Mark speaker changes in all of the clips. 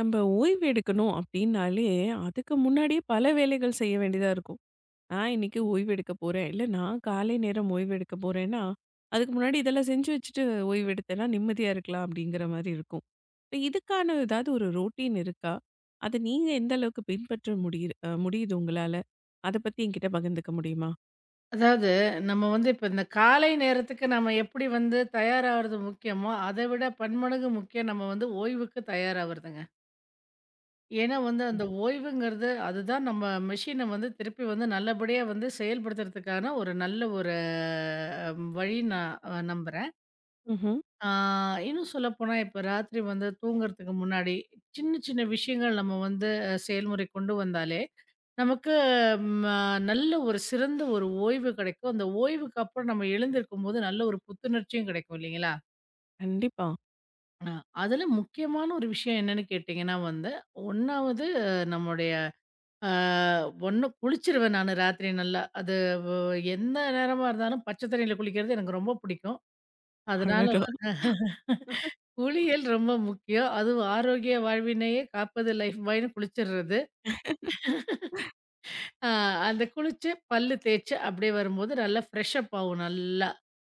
Speaker 1: நம்ம ஓய்வு எடுக்கணும் அப்படின்னாலே, அதுக்கு முன்னாடியே பல வேலைகள் செய்ய வேண்டியதா இருக்கும். நான் இன்னைக்கு ஓய்வு எடுக்க போறேன். இல்ல நான் காலை நேரம் ஓய்வு எடுக்க போறேன்னா, அதுக்கு முன்னாடி இதெல்லாம் செஞ்சு வச்சுட்டு ஓய்வு எடுத்தேன்னா நிம்மதியா இருக்கலாம் அப்படிங்கிற மாரி இருக்கும். இப்ப இதுக்கான ஏதாவது ஒரு ரொட்டீன் இருக்கா? அத நீங்க எந்த அளவுக்கு பின்பற்ற முடியுது முடியுது உங்களால? அத பத்தி என்கிட்ட பகிர்ந்துக்க முடியுமா?
Speaker 2: அதாவது நம்ம வந்து இப்ப இந்த காலை நேரத்துக்கு நம்ம எப்படி வந்து தயாராகிறது முக்கியமோ, அதை விட பன்மடங்கு முக்கியம் நம்ம வந்து ஓய்வுக்கு தயாராகுறதுங்க. ஏன்னா வந்து அந்த ஓய்வுங்கிறது அதுதான் நம்ம மெஷின வந்து திருப்பி வந்து நல்லபடியா வந்து செயல்படுத்துறதுக்கான ஒரு நல்ல ஒரு அ வழி நான் நம்புறேன்.
Speaker 1: ம்ஹ்ம்.
Speaker 2: ஆ, இன்னும் சொல்லப்போனா, இப்ப ராத்திரி வந்து தூங்குறதுக்கு முன்னாடி, சின்ன சின்ன விஷயங்கள் நம்ம வந்து செயல்முறை கொண்டு வந்தாலே, நமக்கு ம நல்ல ஒரு சிறந்த ஒரு ஓய்வு கிடைக்கும். அந்த ஓய்வுக்கு அப்புறம் நம்ம எழுந்திருக்கும்போது, நல்ல ஒரு புத்துணர்ச்சியும் கிடைக்கும் இல்லைங்களா?
Speaker 1: கண்டிப்பா.
Speaker 2: அ அதுல முக்கியமான ஒரு விஷயம் என்னன்னு கேட்டீங்கன்னா வந்து, 1வது நம்முடைய அ 1 குளிச்சிருவேன் நானு ராத்திரி நல்லா. அது எந்த நேரமா இருந்தாலும் பச்சை தண்ணீல குளிக்கிறது எனக்கு ரொம்ப பிடிக்கும். அதனால
Speaker 1: அடடா!
Speaker 2: குளியல் ரொம்ப முக்கியம். அதுவும் ஆரோக்கிய வாழ்வினையே காப்பது லைஃப் பாய்ன்னு குளிச்சிடுறது. அ அந்த குளிச்சு, பல்லு தேய்ச்சு அப்படியே வரும்போது நல்லா ஃப்ரெஷ் அப் ஆவும் நல்லா.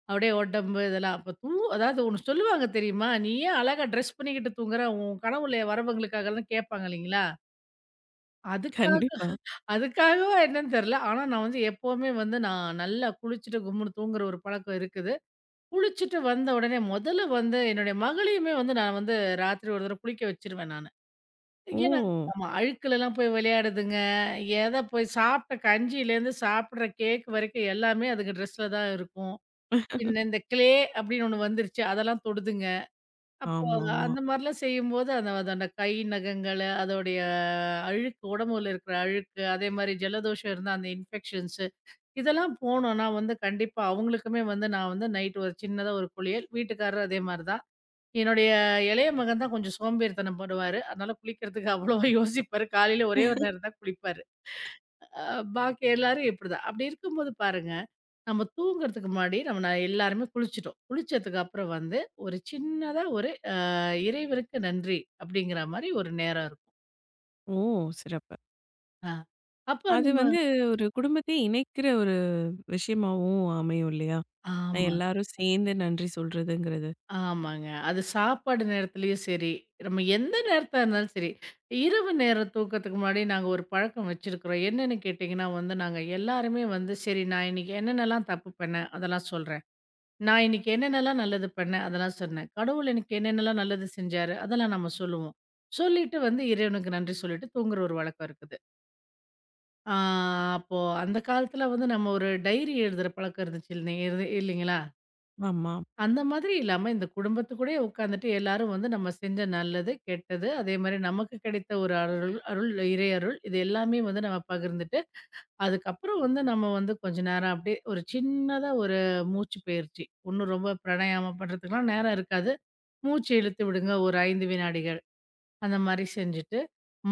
Speaker 2: அப்படியே உடம்பு இதெல்லாம். அப்ப தூ அதாவது ஒண்ணு சொல்லுவாங்க தெரியுமா? "நீ ஏன் அழகா ட்ரெஸ் பண்ணிக்கிட்டு தூங்குற? உன் கனவுல வரவங்களுக்காகலாம்" கேட்பாங்க இல்லைங்களா? அதுக்காக
Speaker 1: கண்டிப்பா.
Speaker 2: அதுக்காகவா என்னன்னு தெரியல. ஆனா நான் வந்து எப்பவுமே வந்து நான் நல்லா குளிச்சுட்டு கும்முன்னு தூங்குற ஒரு பழக்கம் இருக்குது. குளிச்சுட்டு வந்த உடனே முதல்ல வந்து என்னுடைய மகளையுமே வந்து நான் வந்து ராத்திரி ஒரு தடவ குளிக்க வச்சுருவேன் நானு.
Speaker 1: ஓ!
Speaker 2: ஏன்னா ஆமா. அழுக்குலலாம் போய் விளையாடுதுங்க. எத போய் சாப்பிட்ட கஞ்சியிலேருந்து சாப்பிடுற கேக் வரைக்கும் எல்லாமே அதுங்க ட்ரெஸ்ல தான் இருக்கும். பின்ன இந்த அப்படின்னு ஒண்ணு வந்துருச்சு. அதெல்லாம் தொடுதுங்க. அப்போ
Speaker 1: ஆமாமா.
Speaker 2: அந்த மாரிலாம் செய்யும்போது அந்த அதோட கை நகங்கள, அதோடைய அழுக்கு உடம்புல இருக்கிற அழுக்கு, அதே மாரி ஜலதோஷம் இருந்தா அந்த இன்ஃபெக்ஷன்ஸு இதெல்லாம் போணும்னா வந்து கண்டிப்பா அவங்களுக்குமே வந்து நான் வந்து நைட் ஒரு சின்னதா ஒரு குளியல். வீட்டுக்காரரும் அதே மாரி தான். என்னுடைய இளைய மகன் தான் கொஞ்சம் சோம்பேறித்தனம் பண்ணுவாரு. அதனால குளிக்கிறதுக்கு அவ்வளவா யோசிப்பாரு. காலையில ஒரே ஒரு நேரம் தான் குளிப்பாரு. அ பாக்கி எல்லாரும் இப்படிதான். அப்படி இருக்கும்போது பாருங்க, நம்ம தூங்குறதுக்கு முன்னாடி நம்ம எல்லாருமே குளிச்சுட்டோம். குளிச்சதுக்கு அப்புறம் வந்து ஒரு சின்னதா ஒரு "இறைவனுக்கு நன்றி" அப்படிங்கிற மாரி ஒரு நேரம் இருக்கும்.
Speaker 1: ஓ! சிறப்பு.
Speaker 2: அ அப்ப
Speaker 1: அது
Speaker 2: நம்ம
Speaker 1: வந்து ஒரு குடும்பத்தையே இணைக்கிற ஒரு விஷயமாவும் அமையும் இல்லையா? நான்
Speaker 2: ஆமா.
Speaker 1: எல்லாரும் சேர்ந்து நன்றி சொல்றதுங்கிறது.
Speaker 2: ஆமாங்க. அது சாப்பாடு நேரத்துலயும் சரி, நம்ம எந்த நேரத்தா இருந்தாலும் சரி, இரவு நேர தூக்கத்துக்கு முன்னாடி நாங்க ஒரு பழக்கம் வச்சிருக்கிறோம். என்னன்னு கேட்டீங்கன்னா வந்து, நாங்க எல்லாருமே வந்து சரி நான் இன்னைக்கு என்னென்னலாம் தப்பு பண்ணேன், அதெல்லாம் சொல்றேன். நான் இன்னைக்கு என்னென்னலாம் நல்லது பண்ணேன், அதெல்லாம் சொன்னேன். கடவுள் எனக்கு என்னென்னலாம் நல்லது செஞ்சாரு, அதெல்லாம் நம்ம சொல்லுவோம். சொல்லிட்டு வந்து இறைவனுக்கு நன்றி சொல்லிட்டு தூங்குற ஒரு வழக்கம் இருக்குது. ஆ அப்போ அந்த காலத்துல வந்து நம்ம ஒரு டைரி எழுதுற பழக்கம் இருந்துச்சு இல்லைங்களா?
Speaker 1: ஆமா.
Speaker 2: அந்த மாதிரி இல்லாம, இந்த குடும்பத்து கூடயே உட்காந்துட்டு எல்லாரும் வந்து நம்ம செஞ்ச நல்லது, கெட்டது, அதே மாரி நமக்கு கிடைத்த ஒரு அருள் அருள், இறை அருள் இது எல்லாமே வந்து நம்ம பகிர்ந்துட்டு, அதுக்கப்புறம் வந்து நம்ம வந்து கொஞ்ச நேரம் அப்படியே ஒரு சின்னதா ஒரு மூச்சு பயிற்சி. ஒண்ணும் ரொம்ப பிராணாயாமம் பண்றதுக்குலாம் நேரம் இருக்காது. மூச்சு இழுத்து விடுங்க ஒரு 5 வினாடிகள். அந்த மாரி செஞ்சுட்டு,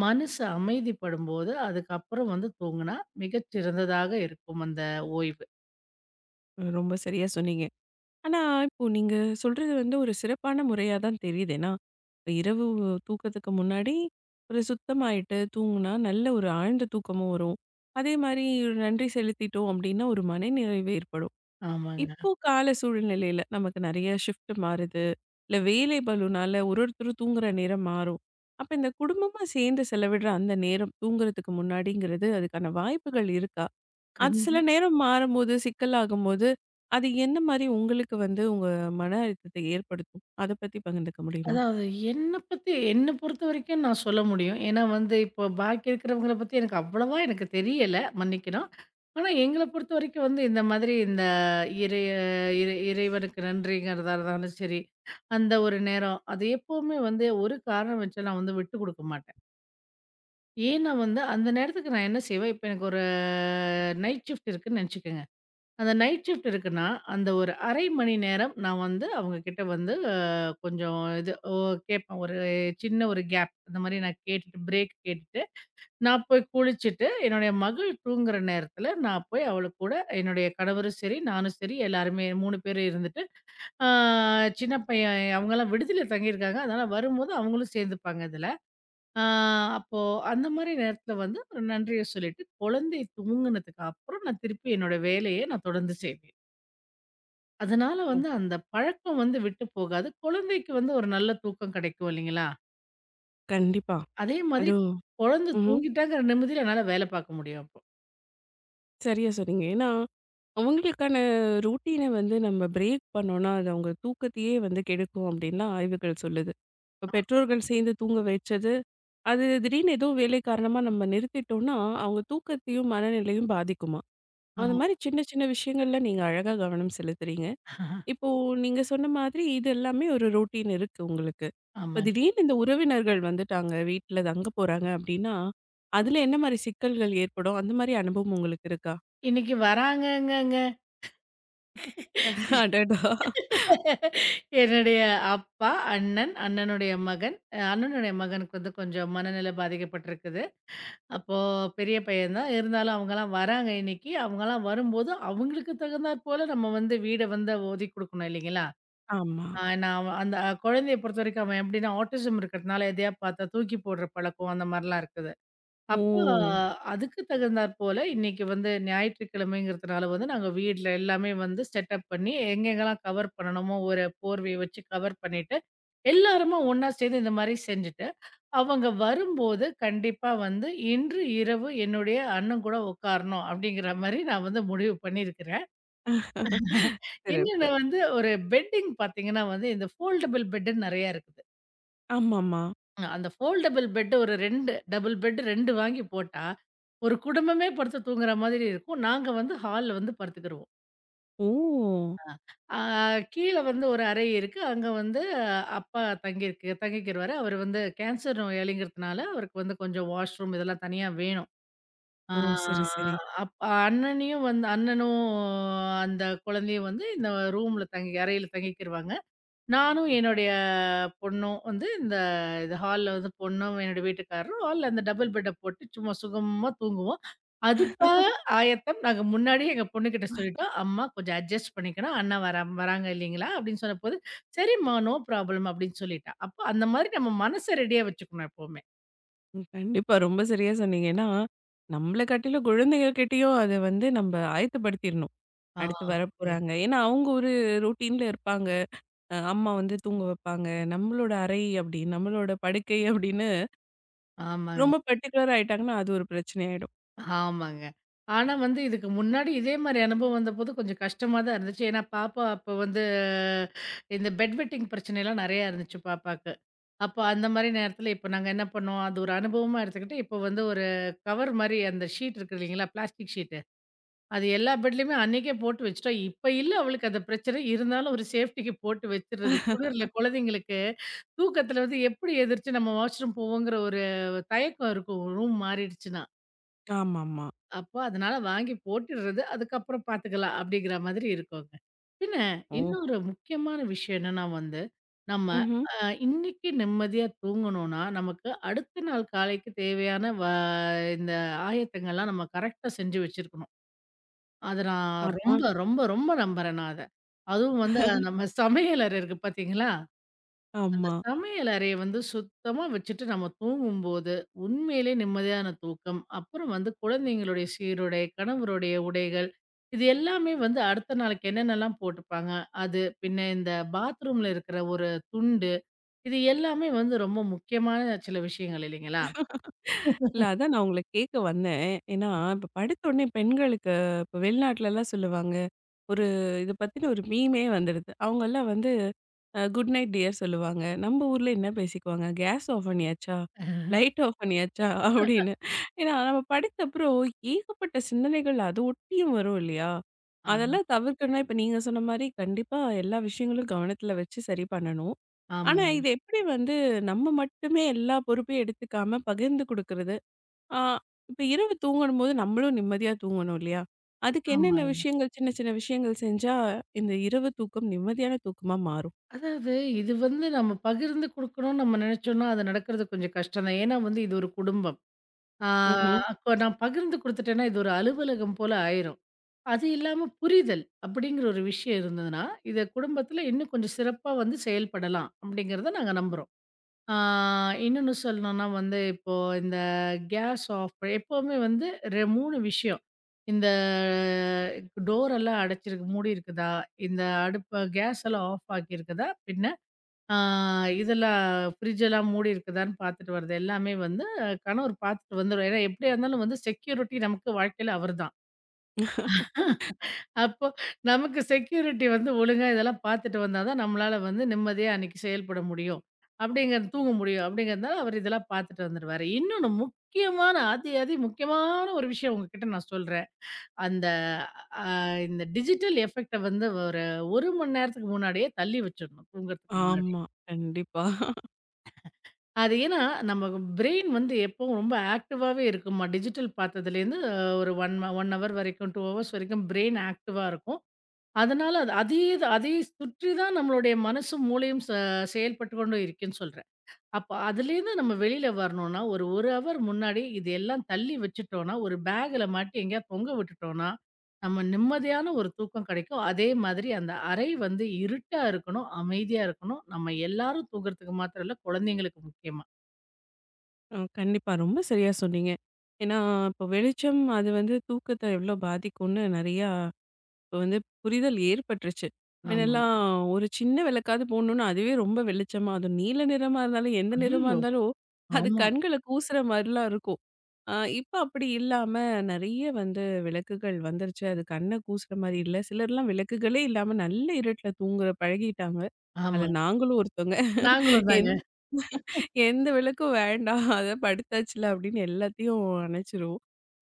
Speaker 2: மனசு அமைதிப்படும்போது, அதுக்கப்புறம் வந்து தூங்குனா மிகச் சிறந்ததாக இருக்கும் அந்த ஓய்வு.
Speaker 1: ரொம்ப சரியா சொன்னீங்க. ஆனா, இப்போ நீங்க சொல்றது வந்து ஒரு சிறப்பான முறையா தான் தெரியுது. ஏன்னா, இப்ப இரவு தூக்கத்துக்கு முன்னாடி ஒரு சுத்தமாயிட்டு தூங்குனா நல்ல ஒரு ஆழ்ந்த தூக்கமும் வரும். அதே மாரி நன்றி செலுத்திட்டோம் அப்டின்னா ஒரு மனநிறைவு ஏற்படும்.
Speaker 2: ஆமாங்க.
Speaker 1: இப்போ கால சூழ்நிலையில நமக்கு நெறைய ஷிஃப்ட் மாறுது. இல்ல வேலை பளுனால ஒரு ஒருத்தரும் தூங்குற நேரம் மாறும். அப்ப இந்த குடும்பமா சேர்ந்து செலவிடுற அந்த நேரம் தூங்குறதுக்கு முன்னாடிங்கிறது, அதுக்கான வாய்ப்புகள் இருக்கா? அது
Speaker 2: கண்
Speaker 1: சில நேரம் மாறும்போது, சிக்கலாகும்போது, அது என்ன மாரி உங்களுக்கு வந்து உங்க மன அழுத்தத்தை ஏற்படுத்தும்? அத பத்தி பகிர்ந்துக்க முடியுமா?
Speaker 2: அதாவது என்ன பொறுத்தவரைக்கும் நான் சொல்ல முடியும். ஏன்னா வந்து இப்போ பாக்கி இருக்கிறவங்கள பத்தி எனக்கு அவ்வளவா தெரியல, மன்னிக்கணும். ஆனா எங்கள பொறுத்தவரைக்கும் வந்து இந்த மாதிரி இந்த இறைய இறை இறைவனுக்கு நன்றிங்கிறதா இருந்தாலும் சரி, அந்த ஒரு நேரம் அது எப்பவுமே வந்து ஒரு காரணம் வச்சு நான் வந்து விட்டு குடுக்க மாட்டேன். ஏன்னா வந்து அந்த நேரத்துக்கு நான் என்ன செய்வேன், இப்போ எனக்கு ஒரு நைட் ஷிஃப்ட் இருக்குன்னு நெனச்சுக்கங்க. அந்த நைட் ஷிஃப்ட் இருக்குன்னா, அந்த ஒரு 1/2 மணி நேரம் நான் வந்து அவங்க கிட்ட வந்து கொஞ்சம் இது ஓ கேட்பேன். ஒரு சின்ன ஒரு கேப் அந்த மாரி நான் கேட்டுட்டு பிரேக் கேட்டுட்டு, நான் போய் குளிச்சுட்டு, என்னுடைய மகள் தூங்குற நேரத்தில நான் போய் அவளு கூட என்னுடைய கணவரும் சரி, நானும் சரி எல்லாருமே 3 பேரும் இருந்துட்டு, ஆ சின்ன பையன் அவங்கலாம் விடுதியில தங்கியிருக்காங்க. அதனால வரும்போது அவங்களும் சேர்ந்துப்பாங்க இதுல. ஆ அப்போ அந்த மாரி நேரத்தில வந்து ஒரு நன்றிய சொல்லிட்டு, குழந்தை தூங்குனதுக்கு அப்புறம் நான் திருப்பி என்னோட வேலைய நான் தொடர்ந்து செய்வேன். அதனால
Speaker 1: ஓ!
Speaker 2: வந்து அந்த பழக்கம் வந்து விட்டு போகாது. குழந்தைக்கு வந்து ஒரு நல்ல தூக்கம் கிடைக்கும் இல்லைங்களா?
Speaker 1: கண்டிப்பா.
Speaker 2: அதே மாதிரி
Speaker 1: அதுவும்
Speaker 2: குழந்தை
Speaker 1: ம்ஹ்ம்.
Speaker 2: தூங்கிட்டாங்கிற நிம்மதியில என்னால வேலை பார்க்க முடியும் அப்போ.
Speaker 1: சரியா சொன்னீங்க. ஏன்னா, அவங்களுக்கான ரொட்டீன வந்து நம்ம பிரேக் பண்ணோம்னா, அது அவங்க தூக்கத்தையே வந்து கெடுக்கும் அப்டின்லாம் ஆய்வுகள் சொல்லுது. இப்ப பெற்றோர்கள் சேர்ந்து தூங்க வச்சது. அது திடீர்னு ஏதோ வேலை காரணமா நம்ம நிறுத்திட்டோம்னா, அவங்க தூக்கத்தையும், மனநிலையும் பாதிக்குமாம். அந்த
Speaker 2: ஆம்.
Speaker 1: மாரி சின்ன சின்ன விஷயங்கள்ல நீங்க அழகா கவனம் செலுத்துறீங்க. இப்போ நீங்க சொன்ன மாதிரி இது எல்லாமே ஒரு ரொட்டீன் இருக்கு உங்களுக்கு. இப்ப
Speaker 2: ஆமாங்க.
Speaker 1: திடீர்னு இந்த உறவினர்கள் வந்துட்டாங்க, வீட்ல தங்க போறாங்க அப்டின்னா, அதுல என்ன மாரி சிக்கல்கள் ஏற்படும்? அந்த மாரி அனுபவம் உங்களுக்கு இருக்கா?
Speaker 2: இன்னைக்கு வராங்கங்கங்க.
Speaker 1: அடடா!
Speaker 2: என்னுடைய அப்பா, அண்ணன், அண்ணனுடைய மகன். அண்ணனுடைய மகனுக்கு வந்து கொஞ்சம் மனநிலை பாதிக்கப்பட்டிருக்குது. அப்போ பெரிய பையன் தான். இருந்தாலும் அவங்கலாம் வராங்க இன்னைக்கு. அவங்கலாம் வரும்போது அவங்களுக்கு தகுந்தாற் போல நம்ம வந்து வீட வந்து ஒதுக்கி குடுக்கணும் இல்லைங்களா?
Speaker 1: ஆமா.
Speaker 2: நான் அவன் அந்த குழந்தைய பொறுத்தவரைக்கும் அவன் எப்படின்னா, ஆட்டிசம் இருக்கிறதுனால எதையா பார்த்தா தூக்கி போடுற பழக்கம் அந்த மாரிலாம் இருக்குது.
Speaker 1: ஓ!
Speaker 2: அப்போ அதுக்கு தகுந்தாற் போல இன்னைக்கு வந்து ஞாயிற்றுக்கிழமைங்கிறதுனால வந்து நாங்க வீட்ல எல்லாமே வந்து செட்டப் பண்ணி எங்கெங்கெல்லாம் கவர் பண்ணணுமோ ஒரு போர்வைய வச்சு கவர் பண்ணிட்டு, எல்லாருமா ஒண்ணா சேர்ந்து இந்த மாரி செஞ்சுட்டு, அவங்க வரும்போது கண்டிப்பா வந்து இன்று இரவு என்னுடைய அண்ணன் கூட உட்காரணும் அப்படிங்கிற மாரி நான் வந்து முடிவு பண்ணியிருக்கிறேன். இன்னொன்னு
Speaker 1: சிறப்பு.
Speaker 2: வந்து ஒரு பெட்டிங் பார்த்தீங்கன்னா வந்து, இந்த ஃபோல்டபிள் பெட்டுன்னு நெறையா இருக்குது.
Speaker 1: ஆமாமா.
Speaker 2: அந்த ஃபோல்டபிள் பெட் ஒரு 2 டபுள் பெட் 2 வாங்கி போட்டா, ஒரு குடும்பமே படுத்து தூங்குற மாதிரி இருக்கும். நாங்க வந்து ஹால்ல வந்து படுத்துக்கிருவோம்.
Speaker 1: ஓ!
Speaker 2: ஆ கீழ வந்து ஒரு அறை இருக்கு. அங்க வந்து அப்பா தங்கிக்கிருவாரு. அவரு வந்து கேன்சர் நோயாளிங்கிறதுனால, அவருக்கு வந்து கொஞ்சம் வாஷ்ரூம் இதெல்லாம் தனியா வேணும். ஆ
Speaker 1: ஓ! சரி, சரி.
Speaker 2: அப் அண்ணனையும் வந்து அண்ணனும் அந்த குழந்தையும் வந்து இந்த ரூம்ல தங்கி அறையில தங்கிக்கிருவாங்க. நானும் என்னுடைய பொண்ணும் வந்து இந்த ஹால்ல வந்து பொண்ணும், என்னுடைய வீட்டுக்காரரும் ஹால்ல அந்த டபுள் பெட்ட போட்டு சும்மா சுகமா தூங்குவோம். அதுக்காக ஆயத்தம் நாங்க முன்னாடியே எங்க பொண்ணுகிட்ட சொல்லிட்டோம். அம்மா கொஞ்சம் அட்ஜஸ்ட் பண்ணிக்கணும். அண்ணா வராங்க இல்லைங்களா? அப்படின்னு சொன்னபோது, "சரிம்மா நோ ப்ராப்ளம்" அப்படின்னு சொல்லிட்டா. அப்போ அந்த மாதிரி நம்ம மனச ரெடியா வச்சுக்கணும் எப்பவுமே.
Speaker 1: ம். கண்டிப்பா. ரொம்ப சரியா சொன்னீங்க. ஏன்னா, நம்மள காட்டிலும் குழந்தைங்ககிட்டயும் அத வந்து நம்ம ஆயத்தப்படுத்திரணும்.
Speaker 2: ஆ.
Speaker 1: அடுத்து
Speaker 2: ஆமாங்க.
Speaker 1: வரப்போறாங்க. ஏன்னா, அவங்க ஒரு ரொட்டீன்ல இருப்பாங்க. அம்மா வந்து தூங்க வைப்பாங்க. நம்மளோட அறை அப்படின்னு, நம்மளோட படுக்கை அப்படின்னு
Speaker 2: ஆமாங்க.
Speaker 1: ரொம்ப பர்ட்டிகுலர் ஆயிட்டாங்கன்னா, அது ஒரு பிரச்சனை ஆயிடும்.
Speaker 2: ஆமாங்க. ஆனா வந்து இதுக்கு முன்னாடி இதே மாரி அனுபவம் வந்தபோது கொஞ்சம் கஷ்டமா தான் இருந்துச்சு. ஏன்னா பாப்பா அப்போ வந்து இந்த பெட் வெட்டிங் பிரச்சனைலாம் நெறையா இருந்துச்சு பாப்பாக்கு. அப்போ அந்த மாரி நேரத்தில இப்போ நாங்க என்ன பண்ணோம், அது ஒரு அனுபவமா எடுத்துக்கிட்டு இப்போ வந்து ஒரு கவர் மாரி அந்த ஷீட் இருக்கு இல்லைங்களா? Plastic sheet. அது எல்லா பெட்லயுமே அன்னைக்கே போட்டு வச்சுட்டோம். இப்ப இல்ல அவளுக்கு அந்த பிரச்சனை. இருந்தாலும் ஒரு சேஃப்டிக்கு போட்டு வச்சுடுறது. குளிர்ல குழந்தைங்களுக்கு தூக்கத்தில வந்து எப்படி எந்திரிச்சு நம்ம வாஷ்ரூம் போவோங்கிற ஒரு தயக்கம் இருக்கும் ரூம் மாறிடுச்சுன்னா.
Speaker 1: ஆமாமா.
Speaker 2: அப்போ அதனால வாங்கி போட்டுடுறது. அதுக்கப்புறம் பார்த்துக்கலாம் அப்படிங்கிற மாதிரி இருக்குங்க. பின்ன
Speaker 1: ஓ!
Speaker 2: இன்னொரு முக்கியமான விஷயம் என்னன்னா வந்து, நம்ம
Speaker 1: ம்ஹ்ம்.
Speaker 2: அ இன்னைக்கு நிம்மதியா தூங்கணும்னா, நமக்கு அடுத்த நாள் காலைக்கு தேவையான இந்த ஆயத்தங்கள்லாம் நம்ம கரெக்ட்டா செஞ்சு வச்சிருக்கணும். அத நான் ரொம்ப,
Speaker 1: அதான்.
Speaker 2: ரொம்ப, ரொம்ப நம்புறேன் நான் அத. அதுவும் வந்து நம்ம சமையலறை இருக்கு பார்த்தீங்களா? அந்த
Speaker 1: ஆமா.
Speaker 2: சமையல் அறைய வந்து சுத்தமா வச்சுட்டு நம்ம தூங்கும்போது, உண்மையிலே நிம்மதியான தூக்கம். அப்புறம் வந்து குழந்தைங்களுடைய சீருடை, கணவருடைய உடைகள், இது எல்லாமே வந்து அடுத்த நாளைக்கு என்னென்னலாம் போட்டுப்பாங்க, அது பின்ன இந்த பாத்ரூம்ல இருக்கிற ஒரு துண்டு, இது எல்லாமே வந்து ரொம்ப முக்கியமான சில விஷயங்கள் இல்லைங்களா?
Speaker 1: இல்ல அதான் நான் உங்கள கேட்க வந்தேன். ஏன்னா, இப்ப படுத்த உடனே பெண்களுக்கு இப்ப வெளிநாட்டுலலாம் சொல்லுவாங்க. ஒரு இத பத்தின ஒரு மீமே வந்துடுது. அவங்கலாம் வந்து குட் நைட் டியர் சொல்லுவாங்க. நம்ம ஊர்ல என்ன பேசிக்குவாங்க? கேஸ் ஆஃப் பண்ணியாச்சா? லைட் ஆஃப் பண்ணியாச்சா? அப்படின்னு. ஏன்னா நம்ம படித்த அப்புறம் ஏகப்பட்ட சிந்தனைகள் அது ஒட்டியும் வரும் இல்லையா?
Speaker 2: ஆமா,
Speaker 1: அதெல்லாம் தவிர்க்கணும்னா இப்ப நீங்க சொன்ன மாரி கண்டிப்பா எல்லா விஷயங்களும் கவனத்துல வச்சு சரி பண்ணணும். ஆனா
Speaker 2: ஆமாங்க,
Speaker 1: இது எப்படி வந்து நம்ம மட்டுமே எல்லா பொறுப்பையும் எடுத்துக்காம பகிர்ந்து குடுக்குறது? ஆ இப்ப இரவு தூங்கணும்போது நம்மளும் நிம்மதியா தூங்கணும் இல்லையா? அதுக்கு என்னென்ன
Speaker 2: ஆமாங்க.
Speaker 1: விஷயங்கள் சின்ன சின்ன விஷயங்கள் செஞ்சா இந்த இரவு தூக்கம் நிம்மதியான தூக்கமா மாறும்?
Speaker 2: அதாவது இது வந்து நம்ம பகிர்ந்து குடுக்கணும்னு நம்ம நெனச்சோம்னா, அது நடக்கிறது கொஞ்சம் கஷ்டம் தான். ஏன்னா வந்து இது ஒரு குடும்பம். ஆ
Speaker 1: ம்ஹ்ம்.
Speaker 2: நான் பகிர்ந்து குடுத்துட்டேன்னா, இது ஒரு அலுவலகம் போல ஆயிரும். அது இல்லாம புரிதல் அப்படிங்கிற ஒரு விஷயம் இருந்ததுன்னா, இத குடும்பத்தில இன்னும் கொஞ்சம் சிறப்பா வந்து செயல்படலாம் அப்படிங்கிறத நாங்க நம்புறோம். ஆ இன்னொன்னு சொல்லணும்னா வந்து, இப்போ இந்த கேஸ் ஆஃப் எப்பவுமே வந்து 3 விஷயம். இந்த டோர் எல்லாம் அடைச்சிருக்கு மூடி இருக்குதா? இந்த அடுப்ப கேஸ் எல்லாம் ஆஃப் ஆக்கியிருக்குதா? பின்ன ஆ இதெல்லாம் ஃப்ரிட்ஜ் எல்லாம் மூடி இருக்குதான்னு பார்த்துட்டு வர்றது எல்லாமே வந்து கணவர் பார்த்துட்டு வந்துருவாரு. ஏன்னா எப்படியா இருந்தாலும் வந்து செக்யூரிட்டி நமக்கு வாழ்க்கையில அவர்தான். அப்போ நமக்கு செக்யூரிட்டி வந்து ஒழுங்கா இதெல்லாம் பார்த்துட்டு வந்தா தான் நம்மளால வந்து நிம்மதியா அன்னைக்கு செயல்பட முடியும். அப்படிங்கிற தூங்க முடியும் அப்படிங்கிறதுனால அவர் இதெல்லாம் பார்த்துட்டு வந்துருவாரு. இன்னொன்னு முக்கியமான அதி அதி முக்கியமான ஒரு விஷயம் உங்ககிட்ட நான் சொல்றேன். அந்த அ இந்த டிஜிட்டல் எஃபெக்ட்ட வந்து ஒரு 1 மணி நேரத்துக்கு முன்னாடியே தள்ளி வச்சுடணும் தூங்குறதுக்கு முன்னாடி.
Speaker 1: ஆமா. கண்டிப்பா.
Speaker 2: அது ஏன்னா நம்ம பிரெயின் வந்து எப்பவும் ரொம்ப ஆக்டிவாவே இருக்குமா டிஜிட்டல் பார்த்ததுலேருந்து ஒரு 1 ஹவர் வரைக்கும் 2 ஹவர்ஸ் வரைக்கும் பிரெயின் ஆக்டிவா இருக்கும். அதனால அது அதே சுற்றி தான் நம்மளுடைய மனசும், மூளையும் செயல்பட்டு கொண்டு இருக்குன்னு சொல்றேன். அப்ப அதுலேருந்து நம்ம வெளியில வரணும்னா, ஒரு 1 ஹவர் முன்னாடி இது எல்லாம் தள்ளி வச்சுட்டோம்னா, ஒரு பேக்ல மாட்டி எங்கேயாவது தொங்க விட்டுட்டோம்னா, நம்ம நிம்மதியான ஒரு தூக்கம் கிடைக்கும். அதே மாதிரி அந்த அறை வந்து இருட்டா இருக்கணும், அமைதியா இருக்கணும். நம்ம எல்லாரும் தூங்குறதுக்கு மாத்திரம் இல்ல, குழந்தைங்களுக்கு முக்கியமா.
Speaker 1: கண்டிப்பா. ரொம்ப சரியா சொன்னீங்க. ஏன்னா, இப்போ வெளிச்சம் அது வந்து தூக்கத்த எவ்வளோ பாதிக்கும்னு நெறையா இப்போ வந்து புரிதல் ஏற்பட்டுருச்சு.
Speaker 2: ஆமாங்க.
Speaker 1: முன்னெல்லாம் ஒரு சின்ன விளக்காவது போடணும்னா, அதுவே ரொம்ப வெளிச்சமா அதுவும் நீல நிறமா இருந்தாலும், எந்த நிறமா
Speaker 2: ஐய்யய்யோ!
Speaker 1: இருந்தாலும் அது
Speaker 2: ஆமா,
Speaker 1: கண்கள கூசுற மாரிலாம் இருக்கும். அ இப்ப அப்படி இல்லாம நெறைய வந்து விளக்குகள் வந்துருச்சு. அது கண்ண கூசுற மாரி இல்ல. சிலர்லாம் விளக்குகளே இல்லாம நல்ல இருட்டுல தூங்குற பழகிட்டாங்க.
Speaker 2: ஆமா.
Speaker 1: அதுல நாங்களும் ஒருத்தவங்க.
Speaker 2: நாங்களும் தாங்க.
Speaker 1: எந்த விளக்கும் வேண்டாம். அத படுத்தாச்சுல அப்படின்னு எல்லாத்தையும் அணைச்சுரும்.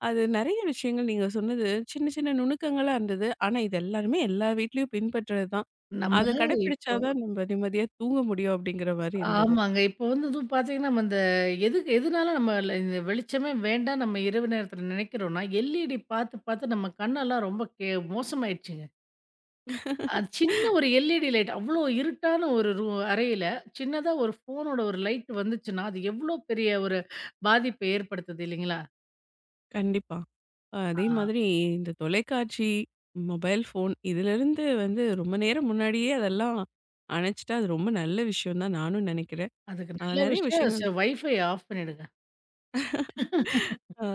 Speaker 1: அது நெறைய விஷயங்கள் நீங்க சொன்னது சின்ன, சின்ன நுணுக்கங்களா இருந்தது. ஆனா, இது எல்லாருமே எல்லா வீட்லயும் பின்பற்றது தான்.
Speaker 2: நம்ம
Speaker 1: அத
Speaker 2: இப்போ
Speaker 1: கடைப்பிடிச்சா தான் நம்ம நிம்மதியா தூங்க முடியும் அப்படிங்கிற மாரி இருந்தது.
Speaker 2: ஆமாங்க. இப்போ வந்து அதுவும் பார்த்தீங்கன்னா, நம்ம இந்த எதுக்கு எதுனால நம்ம இந்த வெளிச்சமே வேண்டாம் நம்ம இரவு நேரத்தில நினைக்கிறோம்னா, எல்இடி பார்த்து, பார்த்து நம்ம கண்ணெல்லாம் ரொம்ப மோசமாயிடுச்சுங்க. அது சின்ன ஒரு எல்இடி லைட் அவ்வளோ இருட்டான ஒரு அறையில, சின்னதா ஒரு ஃபோனோட ஒரு லைட் வந்துச்சுன்னா, அது எவ்வளோ பெரிய ஒரு பாதிப்பை ஏற்படுத்துது இல்லைங்களா?
Speaker 1: கண்டிப்பா. அதே
Speaker 2: ஆ
Speaker 1: மாதிரி இந்த தொலைக்காட்சி, மொபைல் ஃபோன் இதிலிருந்து வந்து ரொம்ப நேரம் முன்னாடியே அதெல்லாம் அணைச்சுட்டா அது ரொம்ப நல்ல விஷயம் தான் நானும் நெனைக்கிறேன்.
Speaker 2: அதுக்கு
Speaker 1: அ
Speaker 2: நல்ல
Speaker 1: நெறைய
Speaker 2: விஷயம்
Speaker 1: விஷயங்கள்
Speaker 2: வைஃபை ஆஃப் பண்ணிடுங்க.
Speaker 1: ஆ.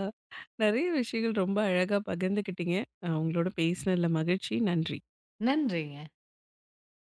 Speaker 1: நெறைய விஷயங்கள் ரொம்ப அழகா பகிர்ந்துக்கிட்டீங்க. உங்களோட பேசினதுல மகிழ்ச்சி. நன்றி.
Speaker 2: நன்றிங்க.